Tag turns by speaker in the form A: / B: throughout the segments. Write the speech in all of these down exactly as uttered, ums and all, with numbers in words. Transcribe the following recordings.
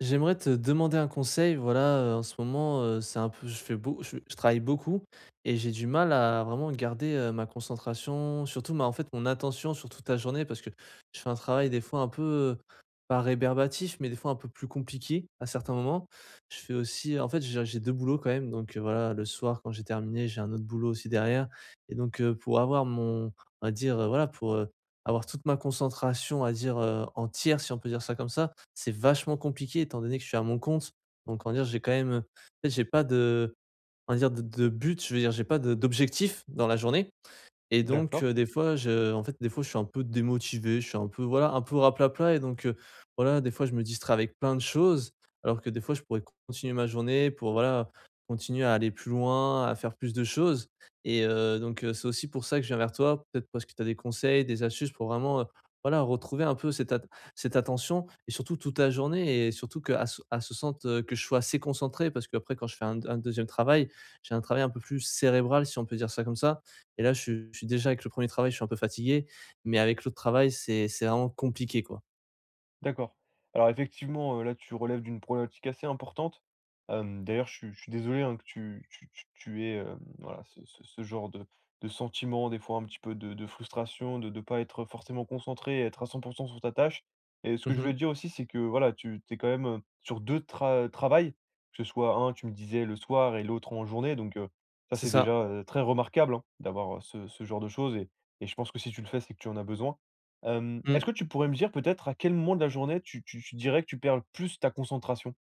A: J'aimerais te demander un conseil. Voilà, heu, en ce moment, heu, c'est un peu je fais beau je je travaille beaucoup et j'ai du mal à vraiment garder, heu, ma concentration, surtout ma en fait, mon attention sur toute la journée parce que je fais un travail des fois un peu, heu, pas rébarbatif, mais des fois un peu plus compliqué à certains moments. Je fais aussi euh, en fait, j'ai j'ai deux boulots quand même, donc heu, voilà, le soir quand j'ai terminé, j'ai un autre boulot aussi derrière et donc heu, pour avoir mon, on va dire, heu, voilà, pour, heu, avoir toute ma concentration, à dire, heu, entière, si on peut dire ça comme ça, c'est vachement compliqué étant donné que je suis à mon compte. Donc on va dire j'ai quand même, en fait j'ai pas de, on va dire, de de but, je veux dire j'ai pas de d'objectif dans la journée. Et donc, heu,
B: D'accord,
A: des fois, je en fait, des fois, je suis un peu démotivé, je suis un peu, voilà, un peu raplapla et donc, heu, voilà, des fois, je me distrais avec plein de choses, alors que des fois, je pourrais continuer ma journée pour, voilà, continuer à aller plus loin, à faire plus de choses et heu, donc, heu, c'est aussi pour ça que je viens vers toi, peut-être parce que tu as des conseils, des astuces pour vraiment, heu, voilà, retrouver un peu cette at cette attention et surtout toute la journée et surtout qu'elle se elle se sente, heu, que je sois assez concentré parce qu'après quand je fais un un deuxième travail, j'ai un travail un peu plus cérébral, si on peut dire ça comme ça. Et là, je suis je suis déjà avec le premier travail, je suis un peu fatigué, mais avec l'autre travail, c'est c'est vraiment compliqué, quoi.
B: d'accord. Alors effectivement, heu, là, tu relèves d'une problématique assez importante. Hem, d'ailleurs, je suis je suis désolé, hein, que tu tu tu tu aies, hem, voilà, ce ce ce genre de de sentiment, des fois un petit peu de de frustration, de de pas être forcément concentré et être à cent pour cent sur ta tâche. Et ce que je voulais
A: Mmh.
B: te dire aussi, c'est que, voilà, tu tu es quand même, heu, sur deux tra travails, que ce soit un, tu me disais, le soir et l'autre en journée, donc heu, ça,
A: C'est
B: c'est
A: ça.
B: déjà, heu, très remarquable, hein, d'avoir, heu, ce ce genre de choses, et et je pense que si tu le fais, c'est que tu en as besoin. Hem,
A: Mmh.
B: est-ce que tu pourrais me dire peut-être à quel moment de la journée tu tu tu dirais que tu perds le plus ta concentration?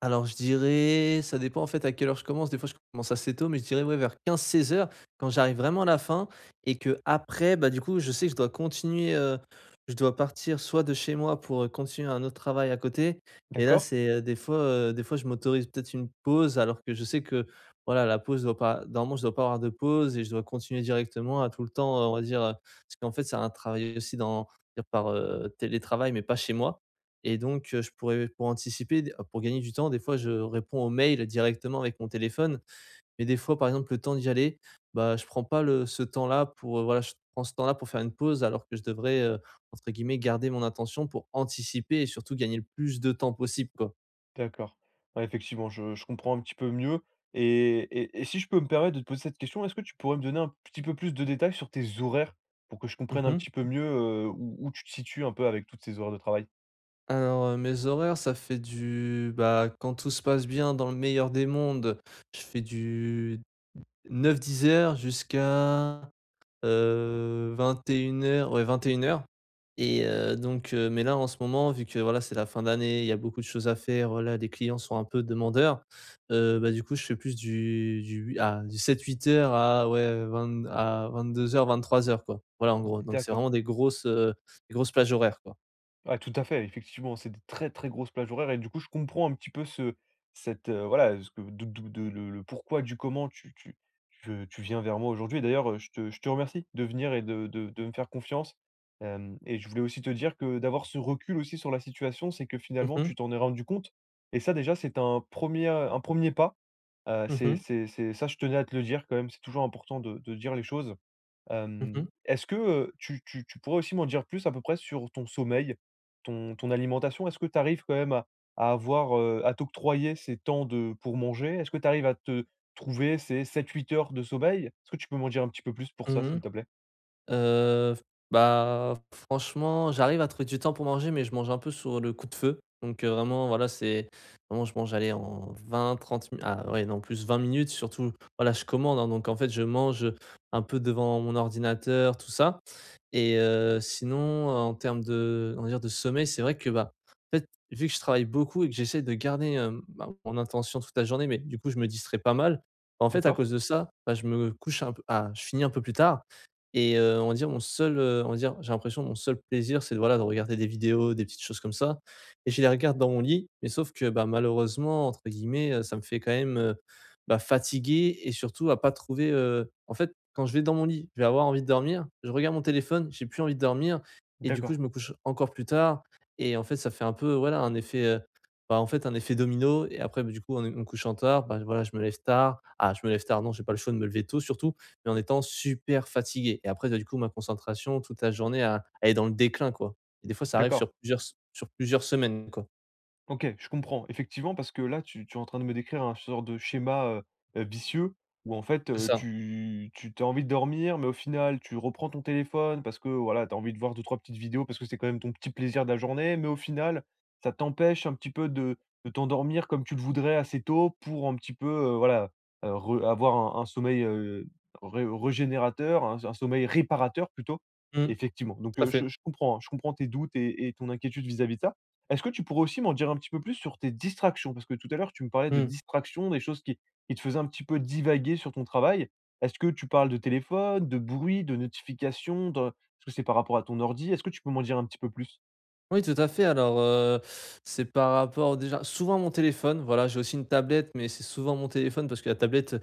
A: Alors je dirais, ça dépend en fait à quelle heure je commence. Des fois je commence assez tôt, mais je dirais ouais, vers quinze seize heures, quand j'arrive vraiment à la fin et que après, bah du coup, je sais que je dois continuer, heu, je dois partir soit de chez moi pour, heu, continuer un autre travail à côté. Et là
B: D'accord?
A: c'est, heu, des fois, heu, des fois je m'autorise peut-être une pause alors que je sais que, voilà, la pause doit pas, normalement je dois pas avoir de pause et je dois continuer directement à tout le temps, heu, on va dire, heu, parce qu'en fait c'est un travail aussi dans par, heu, télétravail mais pas chez moi, et donc, heu, je pourrais pour anticiper, d pour gagner du temps, des fois, je réponds aux mails directement avec mon téléphone. Mais des fois, par exemple, le temps d'y aller, bah, je prends pas le ce temps-là pour, heu, voilà, je prends ce temps-là pour faire une pause alors que je devrais, heu, entre guillemets, «garder mon attention» pour anticiper et surtout gagner le plus de temps possible, quoi.
B: D'accord. Ouais, effectivement, je je comprends un petit peu mieux, et et et si je peux me permettre de te poser cette question, est-ce que tu pourrais me donner un petit peu plus de détails sur tes horaires? Pour que je comprenne un
A: Mmh.
B: petit peu mieux, heu, où où tu te situes un peu avec toutes ces horaires de travail?
A: Alors, heu, mes horaires, ça fait du, bah, quand tout se passe bien, dans le meilleur des mondes, je fais du neuf dix heures jusqu'à, Euh, vingt et une heures, ouais vingt et une heures, heu, donc heu, mais là, en ce moment, vu que voilà, c'est la fin d'année, il y a beaucoup de choses à faire, voilà, les clients sont un peu demandeurs, heu, bah, du coup, je fais plus du du hui à du sept-huit heures à, ouais, vingt à vingt-deux heures-vingt-trois heures quoi. Voilà, en gros, donc c'est
B: D'accord.
A: vraiment des grosses, heu, des grosses plages horaires, quoi.
B: Ouais, tout à fait, effectivement, c'est des très, très grosses plages horaires, et du coup, je comprends un petit peu ce cette, heu, voilà, ce que d'o d'o de le le pourquoi du comment tu tu tu tu viens vers moi aujourd'hui. Et d'ailleurs, heu, je te je te remercie de venir et de de de me faire confiance. Hem Et je voulais aussi te dire que d'avoir ce recul aussi sur la situation, c'est que
A: Mmh
B: finalement,
A: mh.
B: tu t'en es rendu compte, et ça déjà, c'est un premier, un premier pas, heu,
A: Mmh
B: c'est
A: mh.
B: c'est c'est ça, je tenais à te le dire quand même, c'est toujours important de de dire les choses.
A: Mmh.
B: Hem, est-ce que, heu, tu tu tu pourrais aussi m'en dire plus à peu près sur ton sommeil, ton ton alimentation? Est-ce que tu arrives quand même à à avoir, heu, à t'octroyer ces temps de pour manger? Est-ce que tu arrives à te trouver ces sept huit heures de sommeil? Est-ce que tu peux m'en dire un petit peu plus pour ça,
A: Mmh.
B: s'il te plaît?
A: Heu, bah, franchement, j'arrive à trouver du temps pour manger, mais je mange un peu sur le coup de feu. Donc, heu, vraiment, voilà, c'est vraiment je mange, aller en vingt trente mi ah ouais, non, plus vingt minutes, surtout, voilà, je commande, hein, donc en fait, je mange un peu devant mon ordinateur, tout ça. Et heu, sinon, en termes de, on va dire, de sommeil, c'est vrai que, bah, en fait, vu que je travaille beaucoup et que j'essaie de garder, hem, bah, mon intention toute la journée, mais du coup, je me distrais pas mal. En fait, à
B: D'accord,
A: cause de ça, bah, je me couche un peu ah, je finis un peu plus tard. Et heu, on va dire mon seul, heu, on va dire j'ai l'impression mon seul plaisir c'est de, voilà, de regarder des vidéos, des petites choses comme ça, et je les regarde dans mon lit, mais sauf que, bah, «malheureusement» entre guillemets, heu, ça me fait quand même, heu, bah, fatiguer et surtout à pas trouver, heu en fait, quand je vais dans mon lit, je vais avoir envie de dormir, je regarde mon téléphone, j'ai plus envie de dormir et du coup je
B: d'accord,
A: me couche encore plus tard. Et en fait ça fait un peu, voilà, un effet, heu, bah, en fait un effet domino. Et après, bah, du coup en é me couchant tard, bah, voilà, je me lève tard. Ah, je me lève tard non, j'ai pas le choix de me lever tôt surtout, mais en étant super fatigué, et après, bah, du coup, ma concentration toute la journée, a elle est dans le déclin, quoi, et des fois, ça arrive
B: d'accord.
A: sur plusieurs s sur plusieurs semaines, quoi.
B: OK, je comprends. Effectivement, parce que là, tu tu es en train de me décrire un sorte de schéma, heu heu, vicieux, où en fait,
A: C'est
B: heu,
A: ça.
B: tu tu as envie de dormir, mais au final, tu reprends ton téléphone parce que, voilà, tu as envie de voir deux trois petites vidéos parce que c'est quand même ton petit plaisir de la journée, mais au final, ça t'empêche un petit peu de de t'endormir comme tu le voudrais assez tôt pour un petit peu, heu, voilà, heu, re avoir un un sommeil, heu, ré régénérateur, un un sommeil réparateur plutôt,
A: Mmh,
B: effectivement. Donc,
A: tout à
B: heu,
A: fait.
B: je je comprends, hein, je comprends tes doutes et et ton inquiétude vis-à-vis de ça. Est-ce que tu pourrais aussi m'en dire un petit peu plus sur tes distractions? Parce que tout à l'heure, tu me parlais de
A: Mmh.
B: distractions, des choses qui qui te faisaient un petit peu divaguer sur ton travail. Est-ce que tu parles de téléphone, de bruit, de notifications, de est-ce que c'est par rapport à ton ordi? Est-ce que tu peux m'en dire un petit peu plus?
A: Oui, tout à fait. Alors, heu, c'est par rapport déjà souvent à mon téléphone, voilà, j'ai aussi une tablette, mais c'est souvent mon téléphone parce que la tablette,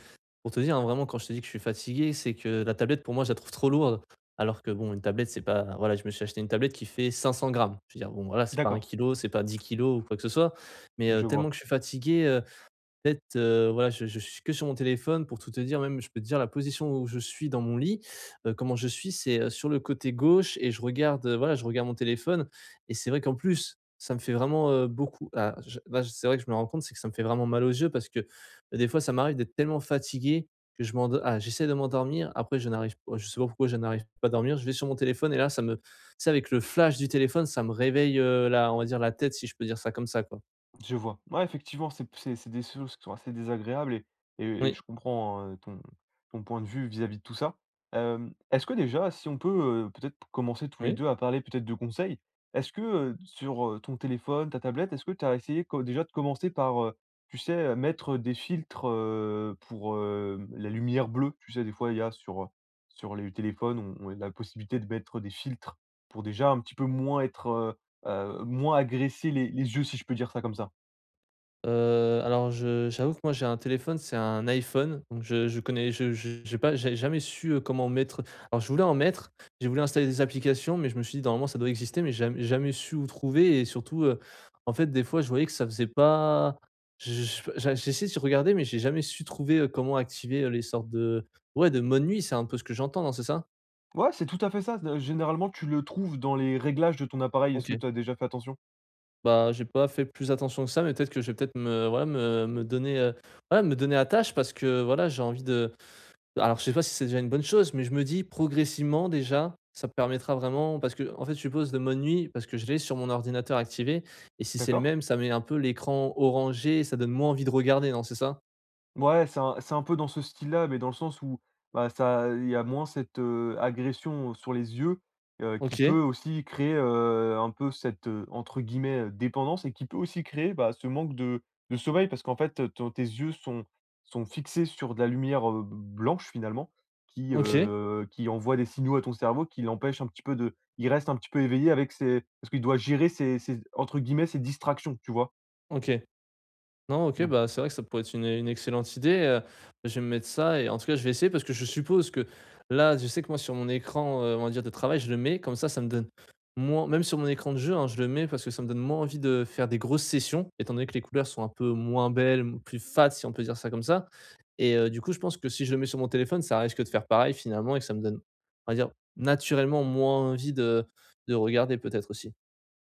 A: pour te dire, hein, vraiment quand je te dis que je suis fatigué, c'est que la tablette pour moi, je la trouve trop lourde, alors que bon, une tablette, c'est pas, voilà, je me suis acheté une tablette qui fait cinq cents grammes. Je veux dire, bon, voilà, c'est pas un
B: D'accord,
A: kilo, c'est pas dix kilos ou quoi que ce soit, mais heu,
B: je
A: tellement
B: vois.
A: que je suis fatigué, peut-être, heu, voilà, je je suis que sur mon téléphone, pour tout te dire, même je peux te dire la position où je suis dans mon lit, heu, comment je suis, c'est, heu, sur le côté gauche, et je regarde, heu, voilà, je regarde mon téléphone, et c'est vrai qu'en plus, ça me fait vraiment, heu, beaucoup ah je là, c'est vrai que je me rends compte, c'est que ça me fait vraiment mal aux yeux parce que, euh, des fois, ça m'arrive d'être tellement fatigué que je m'endo ah, j'essaie de m'endormir, après je n'arrive pas, je sais pas pourquoi je n'arrive pas à dormir, je vais sur mon téléphone et là, ça me tu sais, avec le flash du téléphone, ça me réveille, heu, la, on va dire la tête, si je peux dire ça comme ça, quoi.
B: Je vois. Ouais, effectivement, c'est c'est c'est des choses qui sont assez désagréables, et et et
A: Oui,
B: je comprends, heu, ton ton point de vue vis-à-vis de tout ça. Hem, est-ce que déjà, si on peut, heu, peut-être commencer tous les
A: oui.
B: deux à parler peut-être de conseils, est-ce que, heu, sur, heu, ton téléphone, ta tablette, est-ce que tu as essayé co déjà de commencer par, heu, tu sais, heu, mettre des filtres, heu, pour, hem, la lumière bleue? Tu sais, des fois, il y a sur, sur les téléphones, on on a la possibilité de mettre des filtres pour déjà un petit peu moins être, heu heu, moins agresser les les yeux, si je peux dire ça comme ça.
A: Heu, alors je j'avoue que moi j'ai un téléphone, c'est un iPhone, donc je je connais je je j'ai pas, j'ai jamais su, heu, comment mettre, alors je voulais en mettre, j'ai voulu installer des applications, mais je me suis dit: «Normalement ça doit exister», mais j'ai jamais jamais su où trouver, et surtout, heu, en fait des fois je voyais que ça faisait pas, je je j'a j'ai essayé de regarder, mais j'ai jamais su trouver, heu, comment activer, heu, les sortes de, ouais, de mode nuit, c'est un peu ce que j'entends, non, c'est ça?
B: Ouais, c'est tout à fait ça. Généralement, tu le trouves dans les réglages de ton appareil. Est-ce que
A: OK.
B: tu as déjà fait attention?
A: Bah, j'ai pas fait plus attention que ça, mais peut-être que je vais peut-être me voilà me me donner, heu, ouais me donner à tâche, parce que voilà j'ai envie de, alors je sais pas si c'est déjà une bonne chose, mais je me dis progressivement déjà, ça me permettra vraiment parce que, en fait, je suppose, de mode nuit parce que je l'ai sur mon ordinateur activé, et si c'est le
B: D'accord?
A: même, ça met un peu l'écran orangé et ça donne moins envie de regarder, non, c'est ça?
B: Ouais, c'est un c'est un peu dans ce style-là, mais dans le sens où, bah, ça il y a moins cette, heu, agression sur les yeux, heu, qui
A: OK,
B: peut aussi créer, heu, un peu cette, heu, entre guillemets, heu, «dépendance», et qui peut aussi créer, bah, ce manque de de sommeil, parce qu'en fait, ton tes yeux sont sont fixés sur de la lumière, heu, blanche finalement, qui,
A: OK,
B: heu, qui envoie des signaux à ton cerveau qui l'empêche un petit peu de il reste un petit peu éveillé avec ses parce qu'il doit gérer ses ses, entre guillemets, «ses distractions», tu vois?
A: OK. Non, OK,
B: Donc
A: bah, c'est vrai que ça pourrait être une, une excellente idée, heu, je vais me mettre ça et en tout cas, je vais essayer parce que je suppose que, là, je sais que moi sur mon écran, heu, on va dire de travail, je le mets comme ça, ça me donne moins, même sur mon écran de jeu, hein, je le mets parce que ça me donne moins envie de faire des grosses sessions, étant donné que les couleurs sont un peu moins belles, m plus fades, si on peut dire ça comme ça. Et heu, du coup, je pense que si je le mets sur mon téléphone, ça risque de faire pareil finalement, et que ça me donne, on va dire, naturellement moins envie de de regarder peut-être aussi.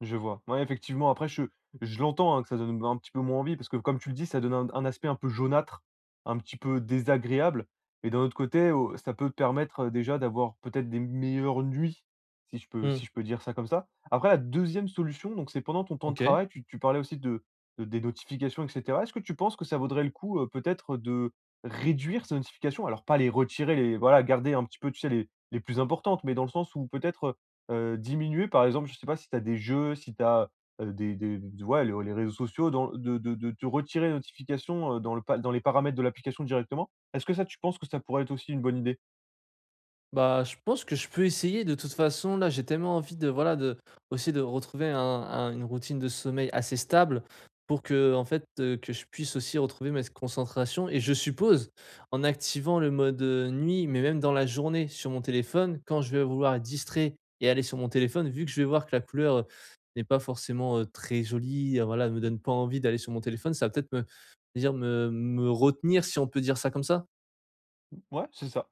B: je vois. Ouais, effectivement, après je je l'entends, hein, que ça donne un petit peu moins envie parce que comme tu le dis, ça donne un un aspect un peu jaunâtre, un petit peu désagréable, et d'un autre côté, au ça peut te permettre, heu, déjà d'avoir peut-être des meilleures nuits, si je peux
A: Mmh,
B: si je peux dire ça comme ça. Après la deuxième solution, donc c'est pendant ton temps de
A: OK.
B: travail, tu tu parlais aussi de de des notifications et cetera. Est-ce que tu penses que ça vaudrait le coup, heu, peut-être de réduire ces notifications? Alors pas les retirer, les voilà, garder un petit peu, tu sais, les les plus importantes, mais dans le sens où peut-être, Heu, diminuer par exemple, je sais pas si tu as des jeux, si tu as, euh, des des ouais, le les réseaux sociaux dans de de de de retirer les notifications, heu, dans le pa dans les paramètres de l'application directement. Est-ce que ça, tu penses que ça pourrait être aussi une bonne idée?
A: Bah, je pense que je peux essayer de toute façon. Là, j'ai tellement envie de, voilà, de, aussi de retrouver un, un- une routine de sommeil assez stable pour que, en fait, euh, que je puisse aussi retrouver ma concentration. Et je suppose en activant le mode, euh, nuit, mais même dans la journée sur mon téléphone, quand je vais vouloir être distrait et aller sur mon téléphone, vu que je vais voir que la couleur, euh, n'est pas forcément, euh, très jolie, euh, voilà, me donne pas envie d'aller sur mon téléphone, ça va peut-être me dire me, me retenir, si on peut dire ça comme ça.
B: Ouais, c'est ça.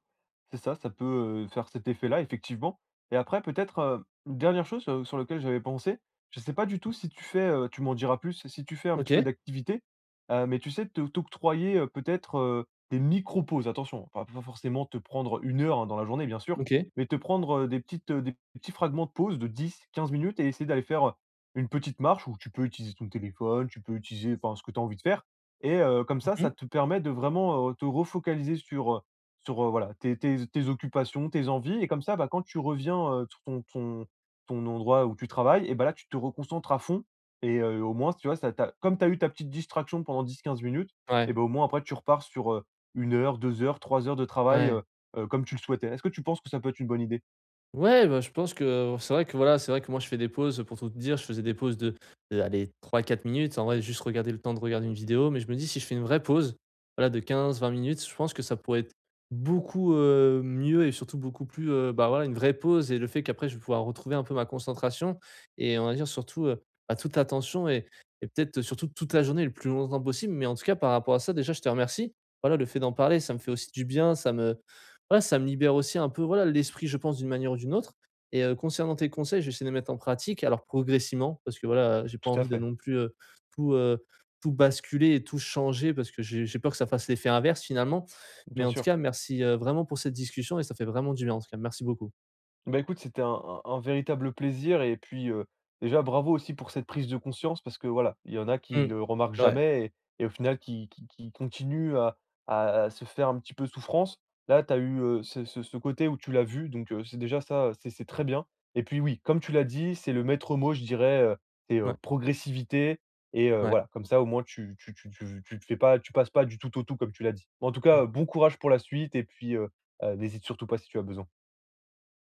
B: C'est ça, ça peut, heu, faire cet effet-là, effectivement. Et après peut-être, heu, une dernière chose, heu, sur lequel j'avais pensé, je ne sais pas du tout si tu fais, heu, tu m'en diras plus, si tu fais un
A: Ok,
B: petit peu d'activité, heu, mais tu sais, te t'octroyer, heu, peut-être, heu, des micro-pauses. Attention, pas pas forcément te prendre une heure, hein, dans la journée, bien sûr,
A: ok.
B: mais te prendre, heu, des petites, heu, des petits fragments de pause de dix, quinze minutes, et essayer d'aller faire, heu, une petite marche où tu peux utiliser ton téléphone, tu peux utiliser, enfin, ce que tu as envie de faire, et heu, comme ça,
A: Mhm.
B: ça te permet de vraiment, heu, te refocaliser sur, sur, heu, voilà, tes tes tes occupations, tes envies, et comme ça, bah, quand tu reviens, heu, sur ton ton ton endroit où tu travailles, et bah, là, tu te reconcentres à fond, et heu, au moins, tu vois, ça t'a comme tu as eu ta petite distraction pendant dix, quinze minutes,
A: Ouais.
B: et bah, au moins après tu repars sur, heu, une heure, deux heures, trois heures de travail,
A: Ouais.
B: heu heu, comme tu le souhaitais. Est-ce que tu penses que ça peut être une bonne idée?
A: Ouais, bah, je pense que, euh, c'est vrai que, voilà, c'est vrai que moi je fais des pauses, pour tout te dire, je faisais des pauses de, de allez, trois quatre minutes, en vrai juste regarder le temps de regarder une vidéo, mais je me dis si je fais une vraie pause, voilà, de quinze vingt minutes, je pense que ça pourrait être beaucoup euh, mieux et surtout beaucoup plus, euh, bah voilà, une vraie pause, et le fait qu'après je vais pouvoir retrouver un peu ma concentration et, on va dire, surtout euh, bah, toute l'attention et, et peut-être surtout toute la journée le plus longtemps possible, mais en tout cas par rapport à ça, déjà je te remercie, voilà, le fait d'en parler, ça me fait aussi du bien, ça me, ouais, ça me libère aussi un peu, voilà, l'esprit, je pense, d'une manière ou d'une autre. Et heu, concernant tes conseils, je vais essayer de les mettre en pratique, alors progressivement parce que, voilà, j'ai pas
B: Tout à
A: envie de
B: fait,
A: non plus, heu, tout, heu, tout basculer et tout changer parce que j'ai j'ai peur que ça fasse l'effet inverse finalement. Mais
B: bien
A: en tout
B: sûr.
A: cas, merci, heu, vraiment pour cette discussion, et ça fait vraiment du bien en tout cas. Merci beaucoup.
B: Bah, écoute, c'était un un un véritable plaisir, et puis, heu, déjà bravo aussi pour cette prise de conscience, parce que voilà, il y en a qui
A: Mmh.
B: le remarquent
A: Ouais,
B: jamais et et au final qui qui qui continuent à à se faire un petit peu souffrance. Là, tu as eu, heu, ce ce ce côté où tu l'as vu, donc heu, c'est déjà ça, c'est c'est très bien, et puis oui, comme tu l'as dit, c'est le maître mot, je dirais, heu, c'est, heu,
A: ouais,
B: progressivité, et heu,
A: ouais.
B: voilà, comme ça au moins tu tu tu tu tu te fais pas tu passes pas du tout au tout comme tu l'as dit. En tout
A: Mmh.
B: cas, bon courage pour la suite et puis, heu heu, n'hésite surtout pas si tu as besoin.